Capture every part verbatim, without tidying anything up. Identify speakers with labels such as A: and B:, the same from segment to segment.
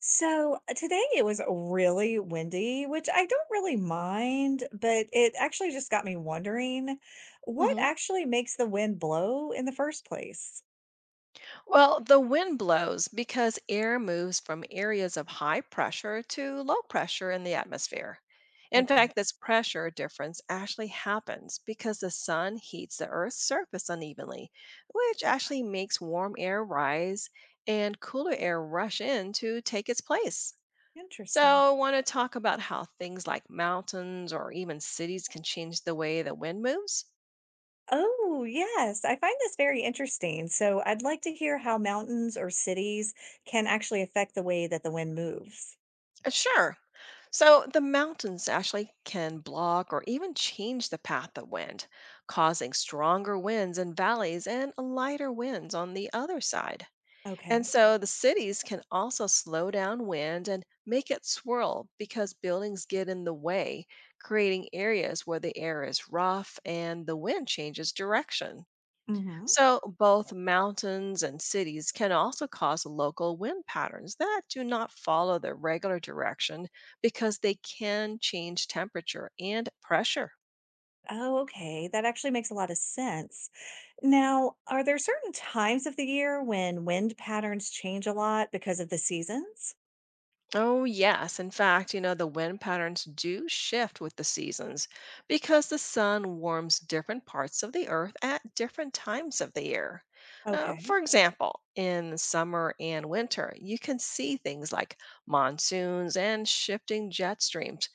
A: So uh, today it was really windy, which I don't really mind, but it actually just got me wondering what
B: Hmm.
A: actually makes the wind blow in the first place?
B: Well, the wind blows because air moves from areas of high pressure to low pressure in the atmosphere. In
A: Okay,
B: fact, this pressure difference actually happens because the sun heats the Earth's surface unevenly, which actually makes warm air rise and cooler air rush in to take its place. So,
A: interesting.
B: I want to talk about how things like mountains or even cities can change the way the wind moves.
A: Oh, yes, I find this very interesting. So I'd like to hear how mountains or cities can actually affect the way that the wind moves.
B: Uh, Sure. So the mountains actually can block or even change the path of wind, causing stronger winds in valleys and lighter winds on the other side. And
A: Okay.
B: so the cities can also slow down wind and make it swirl because buildings get in the way, creating areas where the air is rough and the wind changes direction.
A: Hmm.
B: So, both mountains and cities can also cause local wind patterns that do not follow their regular direction because they can change temperature and pressure.
A: Oh, okay. That actually makes a lot of sense. Now, are there certain times of the year when wind patterns change a lot because of the seasons?
B: Oh, yes. In fact, you know, the wind patterns do shift with the seasons because the sun warms different parts of the earth at different times of the year. Uh,
A: Okay.
B: for example, in summer and winter, you can see things like monsoons and shifting jet streams,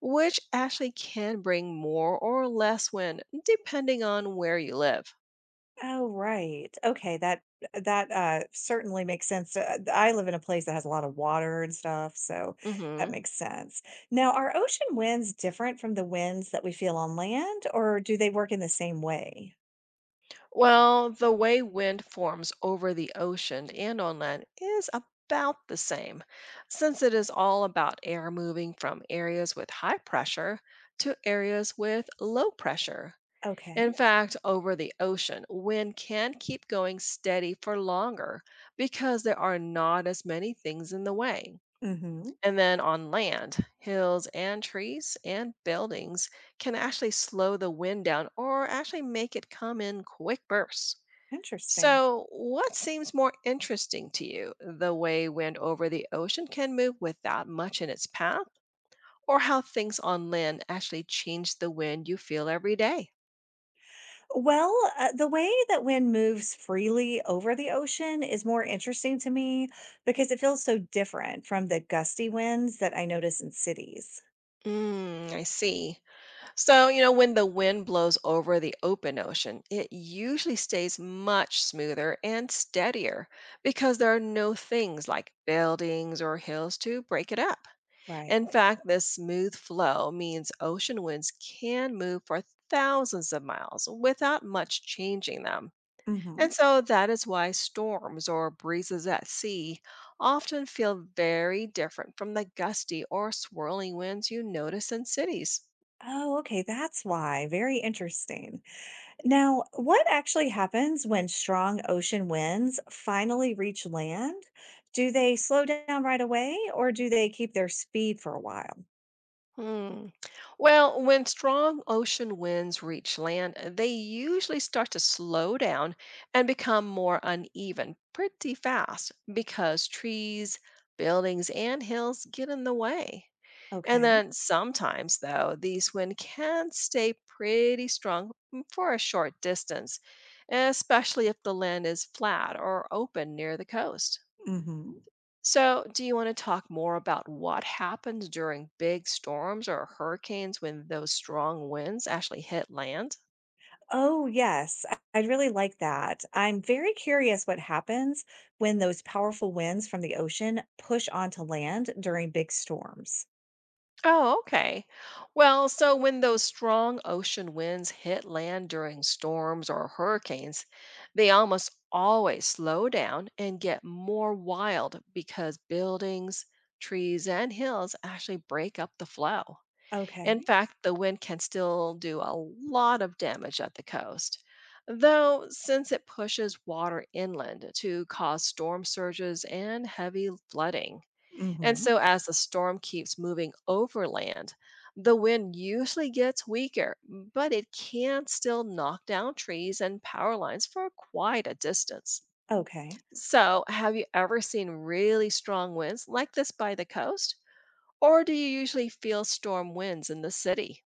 B: which actually can bring more or less wind depending on where you live.
A: Oh, right. Okay, that that uh certainly makes sense. Uh, I live in a place that has a lot of water and stuff, so that
B: Hmm.
A: makes sense. Now, are ocean winds different from the winds that we feel on land, or do they work in the same way?
B: Well, the way wind forms over the ocean and on land is about the same, since it is all about air moving from areas with high pressure to areas with low pressure. In
A: Okay.
B: fact, over the ocean, wind can keep going steady for longer because there are not as many things in the way.
A: Mm-hmm.
B: And then on land, hills and trees and buildings can actually slow the wind down or actually make it come in quick bursts.
A: Interesting.
B: So, what seems more interesting to you? The way wind over the ocean can move without much in its path, or how things on land actually change the wind you feel every day?
A: Well, uh, the way that wind moves freely over the ocean is more interesting to me because it feels so different from the gusty winds that I notice in cities.
B: Mm, I see. So, you know, when the wind blows over the open ocean, it usually stays much smoother and steadier because there are no things like buildings or hills to break it up.
A: Right.
B: In fact, this smooth flow means ocean winds can move for thousands of miles without much changing them. And
A: Hmm.
B: so that is why storms or breezes at sea often feel very different from the gusty or swirling winds you notice in cities.
A: Oh, okay. That's why. Very interesting. Now, what actually happens when strong ocean winds finally reach land? Do they slow down right away or do they keep their speed for a while?
B: Hmm. Well, when strong ocean winds reach land, uh, they usually start to slow down and become more uneven pretty fast because trees, buildings, and hills get in the way. And
A: Okay.
B: then sometimes, though, these winds can stay pretty strong m- for a short distance, especially if the land is flat or open near the coast.
A: Hmm.
B: So, do you want to talk more about what happens during big storms or hurricanes when those strong winds actually hit land?
A: Oh, yes. I- I'd really like that. I'm very curious what happens when those powerful winds from the ocean push onto land during big storms.
B: Oh, okay. Well, so when those strong ocean winds hit land during storms or hurricanes, they almost always slow down and get more wild because buildings, trees, and hills actually break up the flow. In
A: Okay.
B: fact, the wind can still do a lot of damage at the coast, though, since it pushes water inland to cause storm surges and heavy flooding. And
A: Hmm.
B: so, as the storm keeps moving overland, the wind usually gets weaker, but it can still knock down trees and power lines for quite a distance.
A: Okay.
B: So, have you ever seen really strong winds like this by the coast? Or do you usually feel storm winds in the city?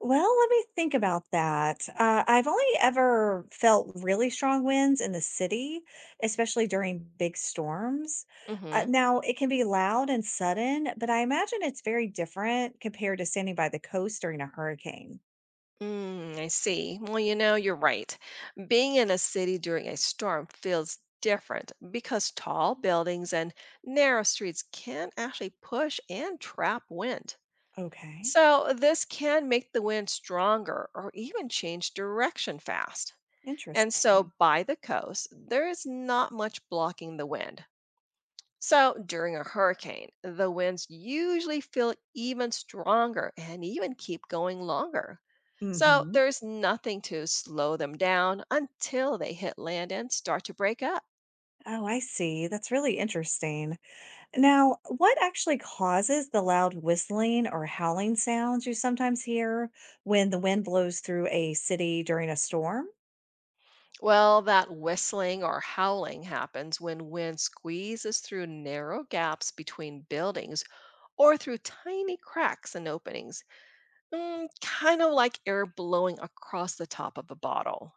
A: Well, let me think about that. Uh, I've only ever felt really strong winds in the city, especially during big storms. Uh,
B: Mm-hmm.
A: now, it can be loud and sudden, but I imagine it's very different compared to standing by the coast during a hurricane.
B: Mm, I see. Well, you know, you're right. Being in a city during a storm feels different because tall buildings and narrow streets can actually push and trap wind.
A: Okay.
B: So, this can make the wind stronger or even change direction fast. And
A: Interesting.
B: so, by the coast, there is not much blocking the wind. So, during a hurricane, the winds usually feel even stronger and even keep going longer. So,
A: Mhm.
B: there's nothing to slow them down until they hit land and start to break up.
A: Oh, I see. That's really interesting. Now, what actually causes the loud whistling or howling sounds you sometimes hear when the wind blows through a city during a storm?
B: Well, that whistling or howling happens when wind squeezes through narrow gaps between buildings or through tiny cracks and openings, mm, kind of like air blowing across the top of a bottle.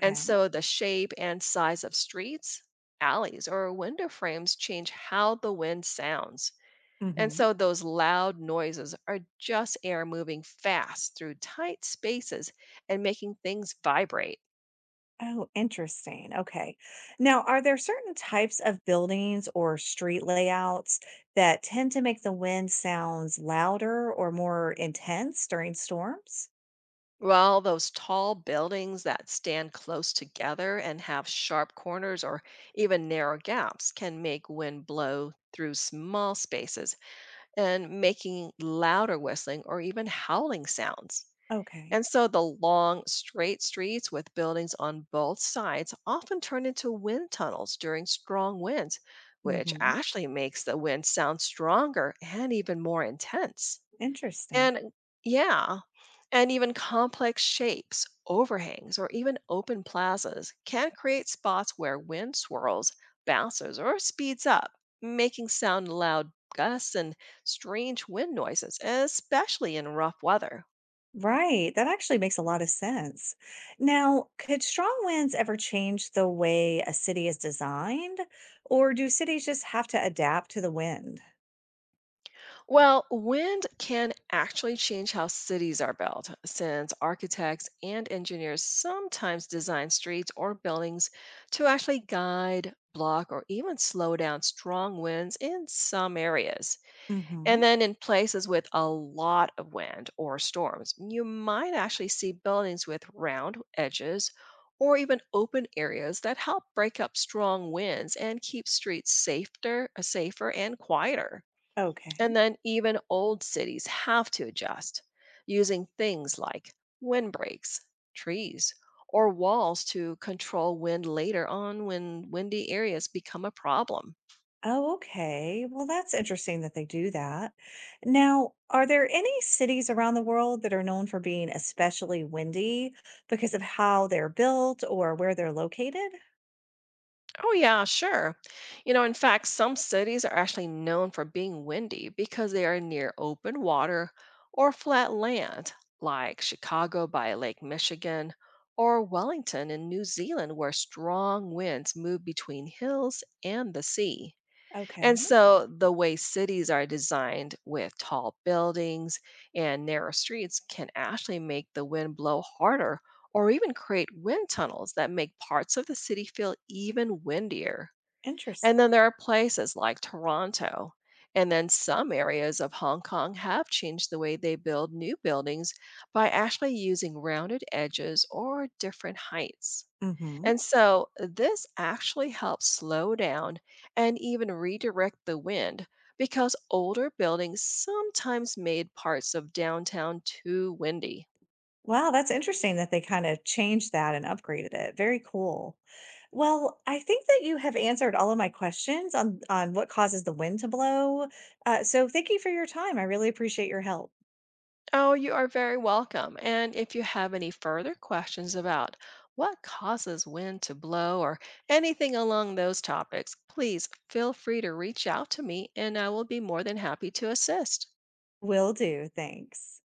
B: And so the shape and size of streets, alleys, or window frames change how the wind sounds. And
A: Hmm.
B: so those loud noises are just air moving fast through tight spaces and making things vibrate.
A: Oh, interesting. Okay. Now, are there certain types of buildings or street layouts that tend to make the wind sounds louder or more intense during storms?
B: While those tall buildings that stand close together and have sharp corners or even narrow gaps can make wind blow through small spaces and making louder whistling or even howling sounds.
A: Okay.
B: And so the long, straight streets with buildings on both sides often turn into wind tunnels during strong winds, which
A: Hmm.
B: actually makes the wind sound stronger and even more intense.
A: Interesting.
B: And yeah, and even complex shapes, overhangs, or even open plazas can create spots where wind swirls, bounces, or speeds up, making sound loud gusts and strange wind noises, especially in rough weather.
A: Right. That actually makes a lot of sense. Now, could strong winds ever change the way a city is designed, or do cities just have to adapt to the wind?
B: Well, wind can actually change how cities are built, since architects and engineers sometimes design streets or buildings to actually guide, block, or even slow down strong winds in some areas.
A: Hmm.
B: And then in places with a lot of wind or storms, you might actually see buildings with round edges or even open areas that help break up strong winds and keep streets safer, safer and quieter.
A: Okay.
B: And then even old cities have to adjust using things like windbreaks, trees, or walls to control wind later on when windy areas become a problem.
A: Oh, okay. Well, that's interesting that they do that. Now, are there any cities around the world that are known for being especially windy because of how they're built or where they're located?
B: Oh, yeah, sure. You know, in fact, some cities are actually known for being windy because they are near open water or flat land, like Chicago by Lake Michigan or Wellington in New Zealand, where strong winds move between hills and the sea. And
A: Okay.
B: so the way cities are designed with tall buildings and narrow streets can actually make the wind blow harder or even create wind tunnels that make parts of the city feel even windier.
A: Interesting.
B: And then there are places like Toronto. And then some areas of Hong Kong have changed the way they build new buildings by actually using rounded edges or different heights.
A: Hmm.
B: And so uh, this actually helps slow down and even redirect the wind because older buildings sometimes made parts of downtown too windy.
A: Wow, that's interesting that they kinda changed that and upgraded it. Very cool. Well, I think that you have answered all of my questions on on what causes the wind to blow. Uh, so thank you for your time. I really appreciate your help.
B: Oh, you are very welcome. And if you have any further questions about what causes wind to blow or anything along those topics, please feel free to reach out to me and I will be more than happy to assist.
A: Will do. Thanks.